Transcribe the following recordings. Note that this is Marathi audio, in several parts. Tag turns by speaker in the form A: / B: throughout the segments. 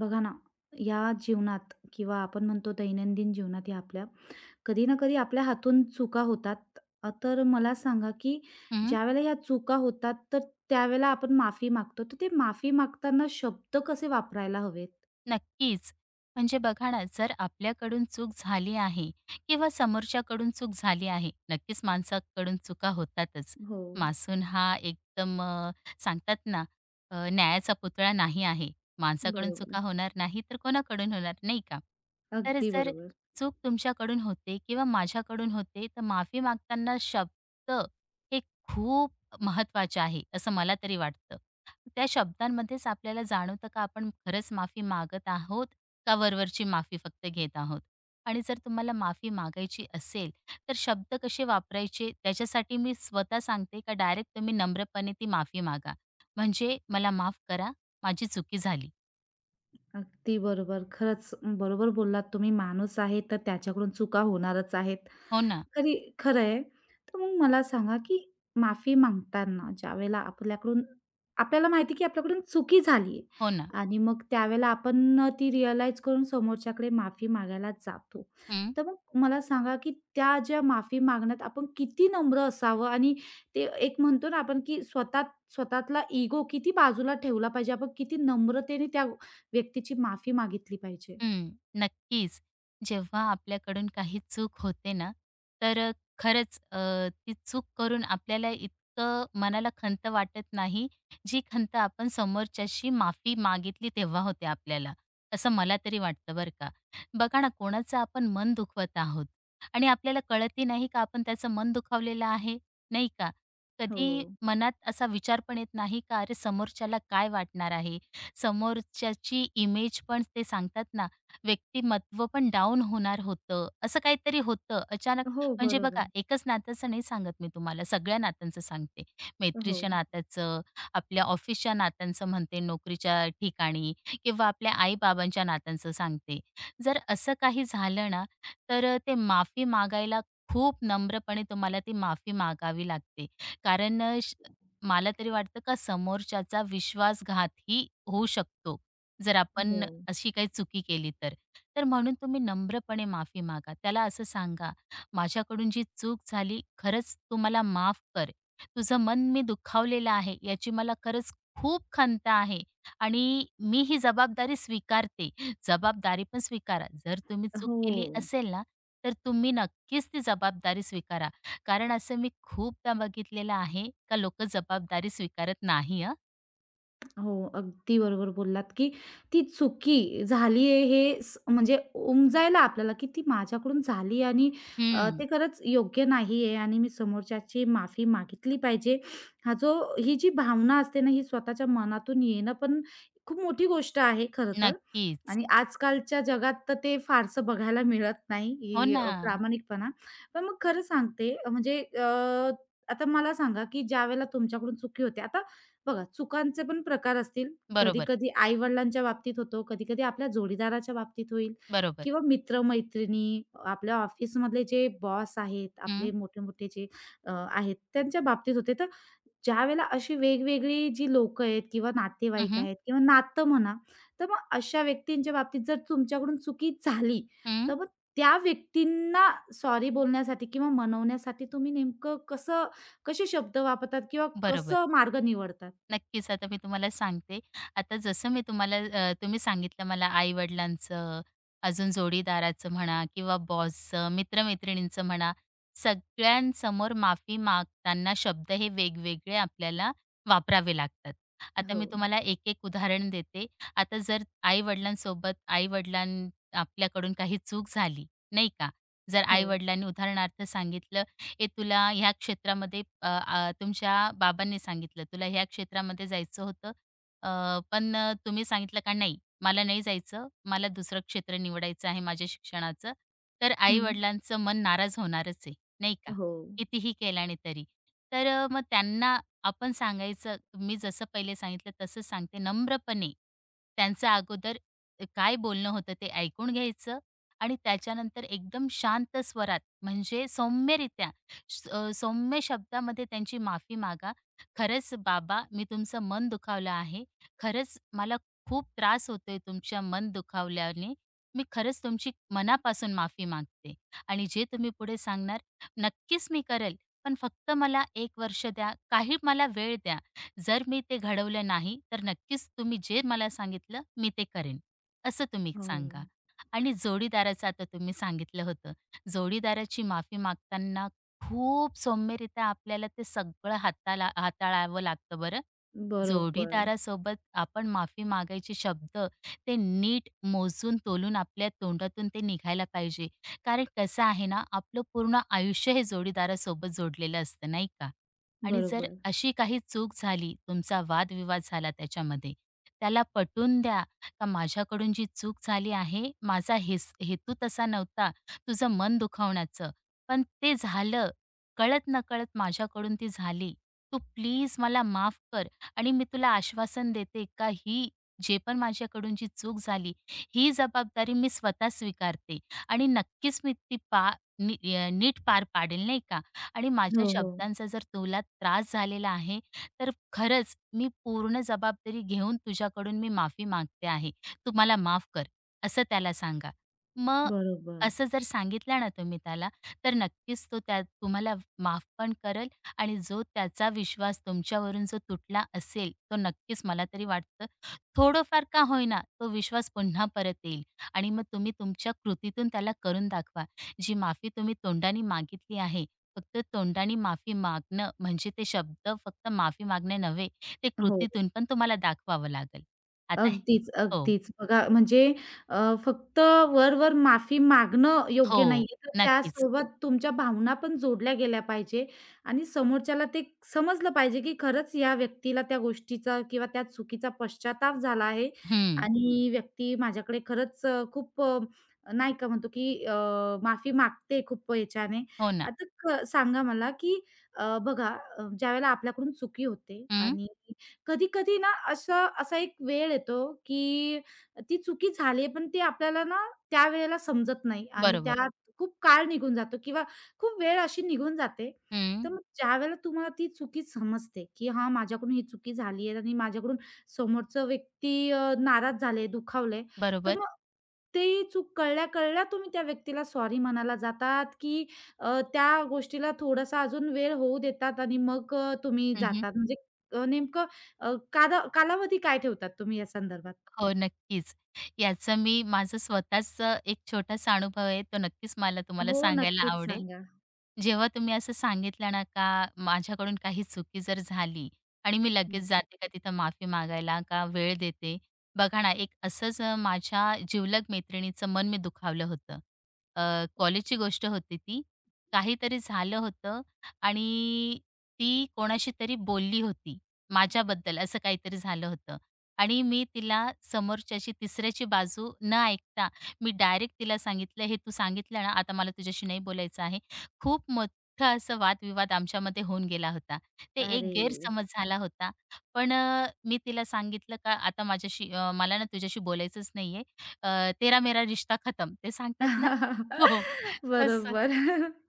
A: बघा ना, या जीवनात किंवा आपण म्हणतो दैनंदिन जीवनात या आपल्या कधी ना कधी आपल्या हातून चुका होतात. तर मला सांगा, की
B: हं,
A: ज्यावेळेला या चुका होतात, तर त्यावेळेला आपण माफी मागतो. तर ते माफी मागताना शब्द कसे वापरायला हवेत?
B: नक्कीच. म्हणजे बघा ना, जर आपल्याकडून चूक झाली आहे किंवा समोरच्याकडून चूक झाली आहे, नक्कीच माणसाकडून चुका होतातच.
A: हो,
B: मासून हा एकदम सांगतात ना, न्यायाचा पुतळा नाही आहे. माणसाकडून
A: बरोबर.
B: चुका होणार नाही, तर कोणाकडून होणार, नाही का? तर
A: अगदी
B: जर
A: बरोबर.
B: चूक तुमच्याकडून होते किंवा माझ्याकडून होते, तर माफी मागताना शब्द हे खूप महत्त्वाच्या आहे, असं मला तरी वाटतं. त्या शब्दांमध्येच आपल्याला जाणवतं का आपण खरंच माफी मागत आहोत का वरवरची माफी फक्त घेत आहोत? आणि जर तुम्हाला माफी मागायची असेल, तर शब्द कसे वापरायचे त्याच्यासाठी मी स्वतः सांगते का डायरेक्ट तुम्ही नम्रपणे ती माफी मागा. म्हणजे "मला माफ करा, माझी चुकी झाली."
A: अगदी बरोबर. खरंच बरोबर बोललात तुम्ही. माणूस आहे तर त्याच्याकडून चुका होणारच आहेत.
B: हो ना,
A: खरी खरं आहे. तर मग मला सांगा, की माफी मागताना ज्यावेळेला आपल्याकडून आपल्याला माहिती की आपल्याकडून चुकी झाली
B: हो ना.
A: आणि मग त्यावेळेला आपण ती रिअलाईज करून समोरच्याकडे माफी मागायला जातो.
B: हं.
A: तर मग मला सांगा, की त्या ज्या माफी मागण्यात आपण किती नम्र असावं आणि ते एक म्हणतो ना आपण, की स्वतःतला इगो किती बाजूला ठेवला पाहिजे. आपण किती नम्रतेने त्या व्यक्तीची माफी मागितली पाहिजे.
B: हं, नक्कीच. जेव्हा आपल्याकडून काही चूक होते ना, तर खरंच ती चूक करून आपल्याला इतकं मनाला खंत वाटत नाही, जी खंत आपण समोरच्याशी माफी मागितली तेव्हा होते आपल्याला, असं मला तरी वाटतं बरं का. बघा ना, कोणाचं आपण मन दुखवत आहोत आणि आपल्याला कळतही नाही का आपण त्याचं मन दुखावलेलं आहे, नाही का?
A: हो.
B: कधी मनात असा विचार पण येत नाही का, "अरे, समोरच्याला काय वाटणार आहे?" समोरच्याची इमेज पण ते सांगतात ना, व्यक्तिमत्व पण डाऊन होणार होतं, असं काहीतरी होतं अचानक.
A: हो,
B: म्हणजे
A: बरोबर.
B: बघा एकच नात्याचं नाही सांगत मी तुम्हाला, सगळ्या नात्यांचं सांगते.
A: हो,
B: मैत्रीच्या नात्याचं, आपल्या ऑफिसच्या नात्यांचं म्हणते, नोकरीच्या ठिकाणी किंवा आपल्या आई-बाबांच्या नात्यांचं सांगते. जर असं काही झालं ना, तर ते माफी मागायला खूप नम्रपणे तुम्हाला ती माफी मागावी लागते. कारण अ, श मला तरी वाटतं का समोरच्याचा विश्वासघातही होऊ शकतो, जर
A: हो,
B: आपण अशी काही चुकी केली तर. तर म्हणून तुम्ही नम्रपणे माफी मागा. त्याला असं सांगा, "माझ्याकडून जी चूक झाली, खरंच तू मला माफ कर. तुझं मन मी दुखावलेलं आहे, याची मला खरंच खूप खंत आहे आणि मी ही जबाबदारी स्वीकारते." जबाबदारी पण स्वीकारा. जर तुम्ही चूक
A: हो.
B: केली असेल ना, तर तुम्ही नक्कीच ती जबाबदारी स्वीकारा. कारण असं मी खूपदा बघितलेलं आहे का लोकं जबाबदारी स्वीकारत नाही हं.
A: हो, अगदी बरोबर बोललात, की ती चुकी झाली आहे हे स म्हणजे उमजायला आपल्याला, की ती माझ्याकडून झाली आणि
B: हं.
A: ते खरंच योग्य नाही आहे आणि मी समोरच्याची माफी मागितली पाहिजे. हा जो ही जी भावना असते ना, ही स्वतःच्या मनातून येणं पण खूप मोठी गोष्ट आहे खरं तर.
B: नक्कीच.
A: आणि आजकालच्या जगात तर ते फारसं बघायला मिळत नाही,
B: हो
A: ही
B: ना.
A: प्रामाणिकपणा. पण मग खरं सांगते म्हणजे आता मला सांगा, की ज्यावेळेला तुमच्याकडून चुकी होते आता बघा चुकांचे पण प्रकार असतील.
B: बरोबर,
A: कधी-कधी आई-वडिलांच्या बाबतीत होतो, कधी-कधी आपल्या जोडीदाराच्या बाबतीत होईल
B: बरोबर.
A: किंवा मित्र-मैत्रिणी, आपल्या ऑफिसमधले जे बॉस आहेत, आपले
B: हं.
A: मोठे-मोठे जे आहेत त्यांच्या बाबतीत होते. तर ज्यावेळेला अशी वेगवेगळी जी लोकं आहेत किंवा
B: हं,
A: नातेवाईक
B: हं.
A: आहेत किंवा नातं म्हणा, तर मग अशा व्यक्तींच्या बाबतीत जर तुमच्याकडून चुकी झाली, तर मग त्या व्यक्तींना सॉरी बोलण्यासाठी किंवा मनवण्यासाठी तुम्ही नेमकं कसं, कसे शब्द वापरतात किंवा
B: बरोबर.
A: कसं मार्ग निवडतात?
B: नक्कीच आता मी तुम्हाला सांगते. आता जसं मी तुम्हाला तुम्ही सांगितलं मला आई-वडिलांचं, अजून जोडीदाराचं म्हणा किंवा बॉसचं, मित्र-मैत्रिणींचं म्हणा, सगळ्यांसमोर माफी मागताना शब्द हे वेगवेगळे आपल्याला वापरावे लागतात. आता
A: हो,
B: मी तुम्हाला एक-एक उदाहरण देते. आता जर आई-वडिलांसोबत आपल्याकडून काही चूक झाली, नाही का? जर
A: हो.
B: आई-वडिलांनी उदाहरणार्थ सांगितलं "ए, तुला ह्या क्षेत्रामध्ये तुमच्या बाबांनी सांगितलं तुला ह्या क्षेत्रामध्ये जायचं होतं, अ, पण तुम्ही सांगितलं का नाही, मला नाही जायचं, मला दुसरं क्षेत्र निवडायचं आहे माझ्या शिक्षणाचं." तर
A: हं.
B: आई-वडिलांचं मन नाराज होणारच आहे, नाही का?
A: हो,
B: कितीही केल्याने तरी. तर मग त्यांना आपण सांगायचं, मी जसं पहिले सांगितलं तसंच सांगते नम्रपणे. त्यांचं अगोदर काय बोलणं होतं ते ऐकून घ्यायचं आणि त्याच्यानंतर एकदम शांत स्वरात म्हणजे सौम्यरित्या सौम्य शब्दामध्ये त्यांची माफी मागा खरंच बाबा मी तुमचं मन दुखावलं आहे खरंच मला खूप त्रास होतोय तुमच्या मन दुखावल्याने मी खरंच तुमची मनापासून माफी मागते आणि जे तुम्ही पुढे सांगणार नक्कीच मी करेल पण फक्त मला एक वर्ष द्या काही मला वेळ द्या जर मी ते घडवलं नाही तर नक्कीच तुम्ही जे मला सांगितलं मी ते करेन असं तुम्ही
A: हो.
B: सांगा आणि जोडीदाराचं आता तुम्ही सांगितलं होतं जोडीदाराची माफी मागताना खूप सौम्यरित्या आपल्याला ते सगळं हाताला हाताळावं लागतं बरं.
A: बरोबर,
B: जोडीदारासोबत आपण माफी मागायचे शब्द ते नीट मोजून तोलून आपल्या तोंडातून ते निघायला पाहिजे. कारण कसं आहे ना, आपलं पूर्ण आयुष्य हे जोडीदारासोबत जोडलेलं असतं, नाही का? आणि जर
A: बरोबर.
B: अशी काही चूक झाली, तुमचा वादविवाद झाला त्याच्यामध्ये, त्याला पटवून द्या का माझ्याकडून जी चूक झाली आहे, माझा हेतू तसा नव्हता तुझं मन दुखावण्याचं, पण ते झालं. कळत-नकळत माझ्याकडून ती झाली. तू प्लीज मला माफ कर. आणि मी तुला आश्वासन देते का ही जे पण माझ्याकडून जी चूक झाली ही जबाबदारी मी स्वतः स्वीकारते आणि नक्कीच मी ती नीट पार पाडेल नाही का आणि माझ्या
A: हो, हो.
B: शब्दांचा जर तुला त्रास झालेला आहे, तर खरंच मी पूर्ण जबाबदारी घेऊन तुझ्याकडून मी माफी मागते आहे. तू मला माफ कर, असं त्याला सांगा. मग
A: बरोबर.
B: असं जर सांगितलं ना तुम्ही त्याला, तर नक्कीच तो त्या तुम्हाला माफ पण करेल आणि जो त्याचा विश्वास तुमच्यावरून जो तुटला असेल, तो नक्कीच मला तरी वाटतं, थोडंफार का होईना तो विश्वास पुन्हा परत येईल आणि मग तुम्ही तुमच्या कृतीतून त्याला करून दाखवा. जी माफी तुम्ही तोंडाने मागितली आहे, फक्त तोंडाने माफी मागणं म्हणजे ते शब्द फक्त माफी मागणे नव्हे, ते
A: हो.
B: कृतीतून पण तुम्हाला दाखवावं लागेल. आता
A: अगदीच,
B: हो,
A: अगदीच. बघा म्हणजे फक्त वर-वर माफी मागणं योग्य
B: हो,
A: नाहीये, तर
B: नक्कीच.
A: त्यासोबत तुमच्या भावना पण जोडल्या गेल्या पाहिजे आणि समोरच्याला ते समजलं पाहिजे, की खरंच या व्यक्तीला त्या गोष्टीचा किंवा त्या चुकीचा पश्चाताप झाला आहे
B: हं,
A: आणि ही व्यक्ती माझ्याकडे खरंच खूप नाही का म्हणतो, की माफी मागते खूप याच्याने.
B: हो ना.
A: आता सांगा मला, की बघा ज्यावेळेला आपल्याकडून चुकी होते
B: हं,
A: आणि कधी-कधी ना असा एक वेळ येतो, की ती चुकी झाली आहे, पण ती आपल्याला ना त्यावेळेला समजत नाही आणि
B: बरोबर.
A: त्यात हो. खूप काळ निघून जातो किंवा खूप वेळ अशी निघून जाते. तर
B: हं,
A: मग ज्यावेळेला तुम्हाला ती चुकी समजते, की हां, माझ्याकडून ही चुकी झाली आहे आणि माझ्याकडून समोरचं व्यक्ती नाराज झाले, दुखावले, तर
B: बरोबर.
A: मग ती चूक कळल्या-कळल्या तुम्ही त्या व्यक्तीला सॉरी म्हणायला जातात, की त्या गोष्टीला थोडासा अजून वेळ होऊ देतात आणि मग तुम्ही
B: हं,
A: जातात. म्हणजे नेमकं कादा कालावधी काय ठेवतात तुम्ही या संदर्भात?
B: हो, नक्कीच. याचा मी माझा स्वतःचा एक छोटासा अनुभव आहे, तो नक्कीच मला तुम्हाला
A: हो,
B: सांगायला
A: नक्कीच
B: आवडेल.
A: सांगा.
B: जेव्हा तुम्ही असं सांगितलं ना का माझ्याकडून काही चुकी जर झाली आणि मी
A: हं.
B: लगेच जाते का तिथं माफी मागायला का वेळ देते. बघा ना एक असंच माझ्या जिवलग मैत्रिणीचं मन मी दुखावलं होतं. अ, कॉलेजची गोष्ट होती ती. काहीतरी झालं होतं आणि ती कोणाशी तरी बोलली होती माझ्याबद्दल असं काहीतरी झालं होतं आणि मी तिला समोरच्याची तिसऱ्याची बाजू न ऐकता मी डायरेक्ट तिला सांगितलं, "हे तू सांगितलं ना, आता मला तुझ्याशी नाही बोलायचं आहे." खूप मोठा असा वादविवाद आमच्यामध्ये होऊन गेला होता. ते एक
A: अरे!
B: गैरसमज झाला होता. पण मी तिला सांगितलं का आता मला ना तुझ्याशी बोलायचंच नाहीये. तेरा मेरा रिश्ता खतम ते सांगतात ना हो, हो. तसं,
A: बरोबर.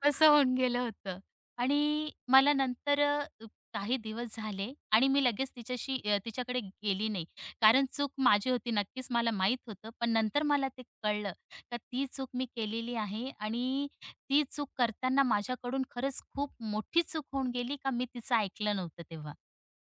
B: तसं होऊन गेलं होतं. आणि मला नंतर काही दिवस झाले आणि मी लगेच तिच्याकडे गेली नाही. कारण चूक माझी होती नक्कीच मला माहीत होतं. पण नंतर मला ते कळलं का ती चूक मी केलेली आहे आणि ती चूक करताना माझ्याकडून खरंच खूप मोठी चूक होऊन गेली का मी तिचं ऐकलं नव्हतं तेव्हा.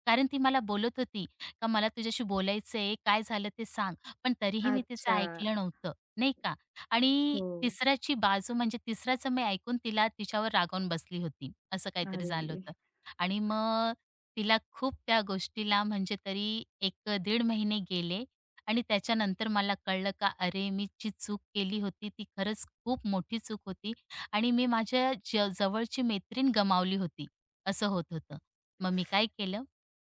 B: कारण ती मला बोलत होती का मला तुझ्याशी बोलायचं आहे, काय झालं ते सांग. पण तरीही मी तिचं
A: अच्छा.
B: ऐकलं नव्हतं, नाही का. आणि
A: हो.
B: तिसऱ्याची बाजू म्हणजे तिसऱ्याचं मी ऐकून तिला तिच्यावर रागावून बसली होती. असं काहीतरी झालं
A: अरे!
B: होतं. आणि मग तिला खूप त्या गोष्टीला म्हणजे तरी 1 दीड महिने गेले आणि त्याच्यानंतर मला कळलं का अरे मी जी चूक केली होती ती खरंच खूप मोठी चूक होती आणि मी माझ्या जवळची मैत्रीण गमावली होती, असं होत होतं. मग मी काय केलं,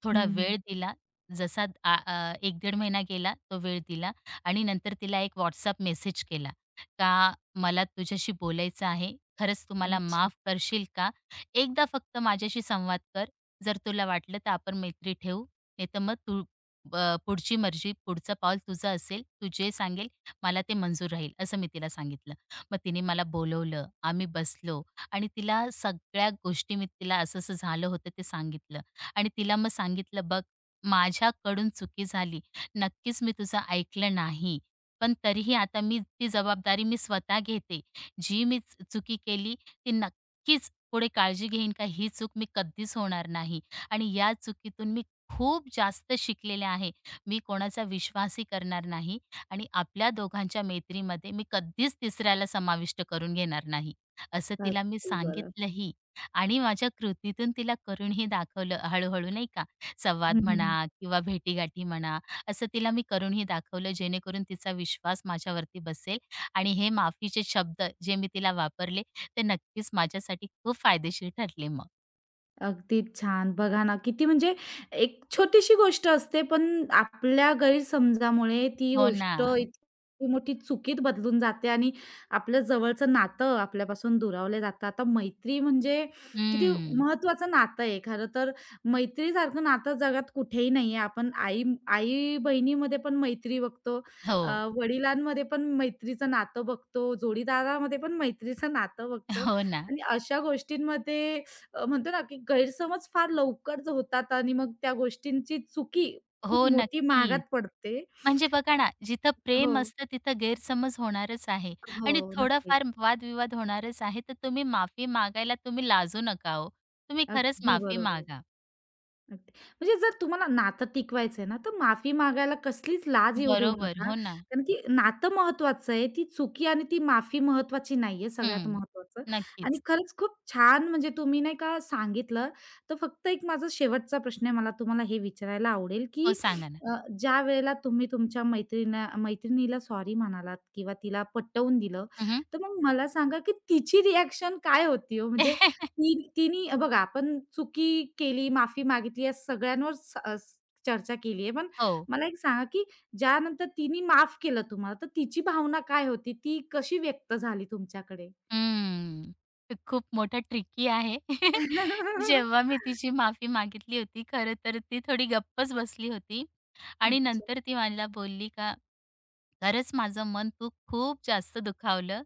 B: थोडा
A: हं, हं.
B: वेळ दिला. जसा 1-1.5 महिना गेला, तो वेळ दिला आणि नंतर तिला एक WhatsApp मेसेज केला, का मला तुझ्याशी बोलायचं आहे. खरंच तू
A: अच्छा.
B: माफ करशील का? एकदा फक्त माझ्याशी संवाद कर. जर तुला वाटलं तर आपण मैत्री ठेवू. नाहीतर मग अ, पुढची मर्जी, पुढचं पाऊल तुझं असेल. तू जे सांगेल मला ते मंजूर राहील, असं मी तिला सांगितलं. मग तिने मला बोलवलं, आम्ही बसलो आणि तिला सगळ्या गोष्टी मी तिला असं-असं झालं होतं ते सांगितलं आणि तिला मग सांगितलं, "बघ, माझ्याकडून चुकी झाली. नक्कीच मी तुझं ऐकलं नाही. पण तरीही आता मी ती जबाबदारी मी स्वतः घेते. जी मी चुकी केली ती नक्कीच पुढे काळजी घेईन का ही चूक मी कधीच होणार नाही आणि या चुकीतून मी खूप जास्त शिकलेले आहे. मी कोणाचा विश्वासही करणार नाही." आणि आपल्या दोघांच्या मैत्रीमध्ये मी कधीच तिसऱ्याला समाविष्ट करून घेणार नाही, असं तिला मी
A: अगदी बरं.
B: सांगितलंही आणि माझ्या कृतीतून तिला करूनही दाखवलं हळू-हळू नाही का. संवाद
A: हं,
B: म्हणा
A: हं.
B: किंवा भेटीगाठी म्हणा, असं तिला मी करूनही दाखवलं जेणेकरून तिचा विश्वास माझ्यावरती बसेल आणि हे माफीचे शब्द जे मी तिला वापरले, ते नक्कीच माझ्यासाठी खूप फायदेशीर ठरले मग.
A: अगदी छान. बघा ना, किती म्हणजे एक छोटीशी गोष्ट असते, पण आपल्या गैरसमजामुळे ती
B: हो ना.
A: गोष्ट इतकी मोठी चुकीत बदलून जाते आणि आपलं जवळचं नातं आपल्यापासून दुरावलं जातं. आता मैत्री म्हणजे किती
B: हं.
A: महत्त्वाचं नातं आहे. खरं तर मैत्रीसारखं नातं जगात कुठेही नाहीये. आपण आई-बहिणीमध्ये पण मैत्री बघतो,
B: हो.
A: अ, वडिलांमध्ये पण मैत्रीचं नातं बघतो, जोडीदारामध्ये पण मैत्रीचं नातं बघतो
B: हो ना.
A: आणि अशा गोष्टींमध्ये म्हणतो ना, की गैरसमज फार लवकर जो होतात आणि मग त्या गोष्टींची चुकी खूप
B: हो,
A: मोठी महागात
B: नक्कीच.
A: पडते.
B: म्हणजे बघा ना, जिथं
A: हो,
B: प्रेम असतं तिथं गैरसमज होणारच आहे
A: हो,
B: आणि
A: नक्कीच.
B: थोडाफार वादविवाद होणारच आहे. तर तुम्ही माफी मागायला तुम्ही लाजू नका हो. तुम्ही खरंच
A: अगदी
B: माफी
A: बरोबर.
B: मागा.
A: अगदी. म्हणजे जर तुम्हाला नातं टिकवायचं आहे ना, तर माफी मागायला कसलीच लाज येऊ देऊ
B: बरोबर.
A: नका.
B: हो ना.
A: कारण की नातं महत्त्वाचं आहे. ती चुकी आणि ती माफी महत्त्वाची नाहीये, सगळ्यात
B: हं.
A: महत्त्वाचं. आणि
B: नक्कीच.
A: खरंच खूप छान म्हणजे तुम्ही नाही का सांगितलं. तर फक्त एक माझा शेवटचा प्रश्न आहे, मला तुम्हाला हे विचारायला आवडेल, की
B: हो, सांगा ना.
A: ज्यावेळेला तुम्ही तुमच्या मैत्रिणीला सॉरी म्हणालात किंवा तिला पटवून दिलं,
B: हं,
A: तर मग मला सांगा, की तिची रिएक्शन काय होती हो? म्हणजे तिनी बघा आपण चुकी केली, माफी मागितली या सगळ्यांवर चर्चा केली आहे. पण
B: हो.
A: मला एक सांगा, की ज्यानंतर तिने माफ केलं तुम्हाला, तर तिची भावना काय होती? ती कशी व्यक्त झाली तुमच्याकडे?
B: हं. ते खूप मोठं ट्रिकी आहे. जेव्हा मी तिची माफी मागितली होती, खरं तर ती थोडी गप्पच बसली होती. आणि
A: अच्छा.
B: नंतर ती मला बोलली का, "खरंच माझं मन तू खूप जास्त दुखावलं.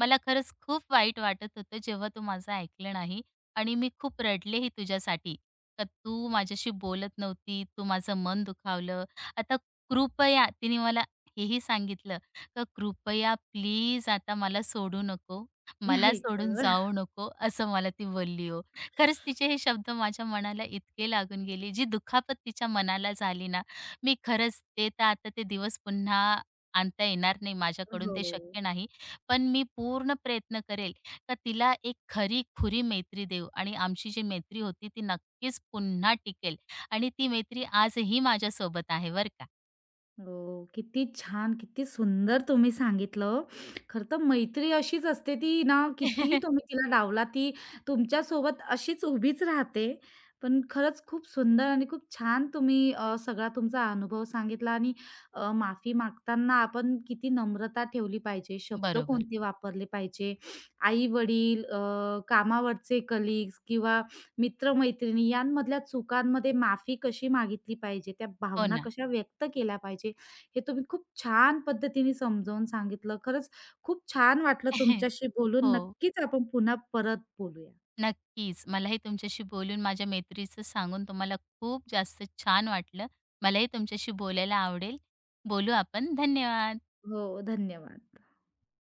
B: मला खरंच खूप वाईट वाटत होतं जेव्हा तू माझं ऐकलं नाही आणि मी खूप रडलेही तुझ्यासाठी. का तू माझ्याशी बोलत नव्हती, तू माझं मन दुखावलं. आता कृपया" तिने मला हेही सांगितलं का, "कृपया प्लीज आता मला सोडू नको, मला
A: आई
B: सोडून जाऊ नको." असं मला ती बोलली हो. खरंच तिचे हे शब्द माझ्या मनाला इतके लागून गेले, जी दुखापत तिच्या मनाला झाली ना मी खरंच ते तर आता ते दिवस पुन्हा आणता येणार नाही माझ्याकडून, ते
A: हो.
B: शक्य नाही. पण मी पूर्ण प्रयत्न करेल का तिला एक खरी-खुरी मैत्री देऊ आणि आमची जी मैत्री होती ती नक्कीच पुन्हा टिकेल आणि ती मैत्री आजही माझ्यासोबत आहे बरं का.
A: हो, किती छान, किती सुंदर तुम्ही सांगितलं हो. खरं तर मैत्री अशीच असते ती ना कितीही तुम्ही तिला डावला ती तुमच्यासोबत अशीच उभीच राहते. पण खरंच खूप सुंदर आणि खूप छान तुम्ही सगळा तुमचा अनुभव सांगितला आणि माफी मागताना आपण किती नम्रता ठेवली पाहिजे, शब्द
B: बरोबर.
A: कोणते वापरले पाहिजे, आई-वडील, कामावरचे कलीग्स किंवा मित्र-मैत्रिणी यांमधल्या चुकांमध्ये माफी कशी मागितली पाहिजे, त्या
B: हो
A: भावना
B: ना.
A: कशा व्यक्त केल्या पाहिजे, हे तुम्ही खूप छान पद्धतीने समजावून सांगितलं. खरंच खूप छान वाटलं तुमच्याशी बोलून.
B: हो,
A: नक्कीच आपण पुन्हा परत बोलूया.
B: नक्कीच. मलाही तुमच्याशी बोलून माझ्या मैत्रीचं सांगून तुम्हाला खूप जास्त छान वाटलं. मलाही तुमच्याशी बोलायला आवडेल. बोलू आपण. धन्यवाद.
A: हो, धन्यवाद.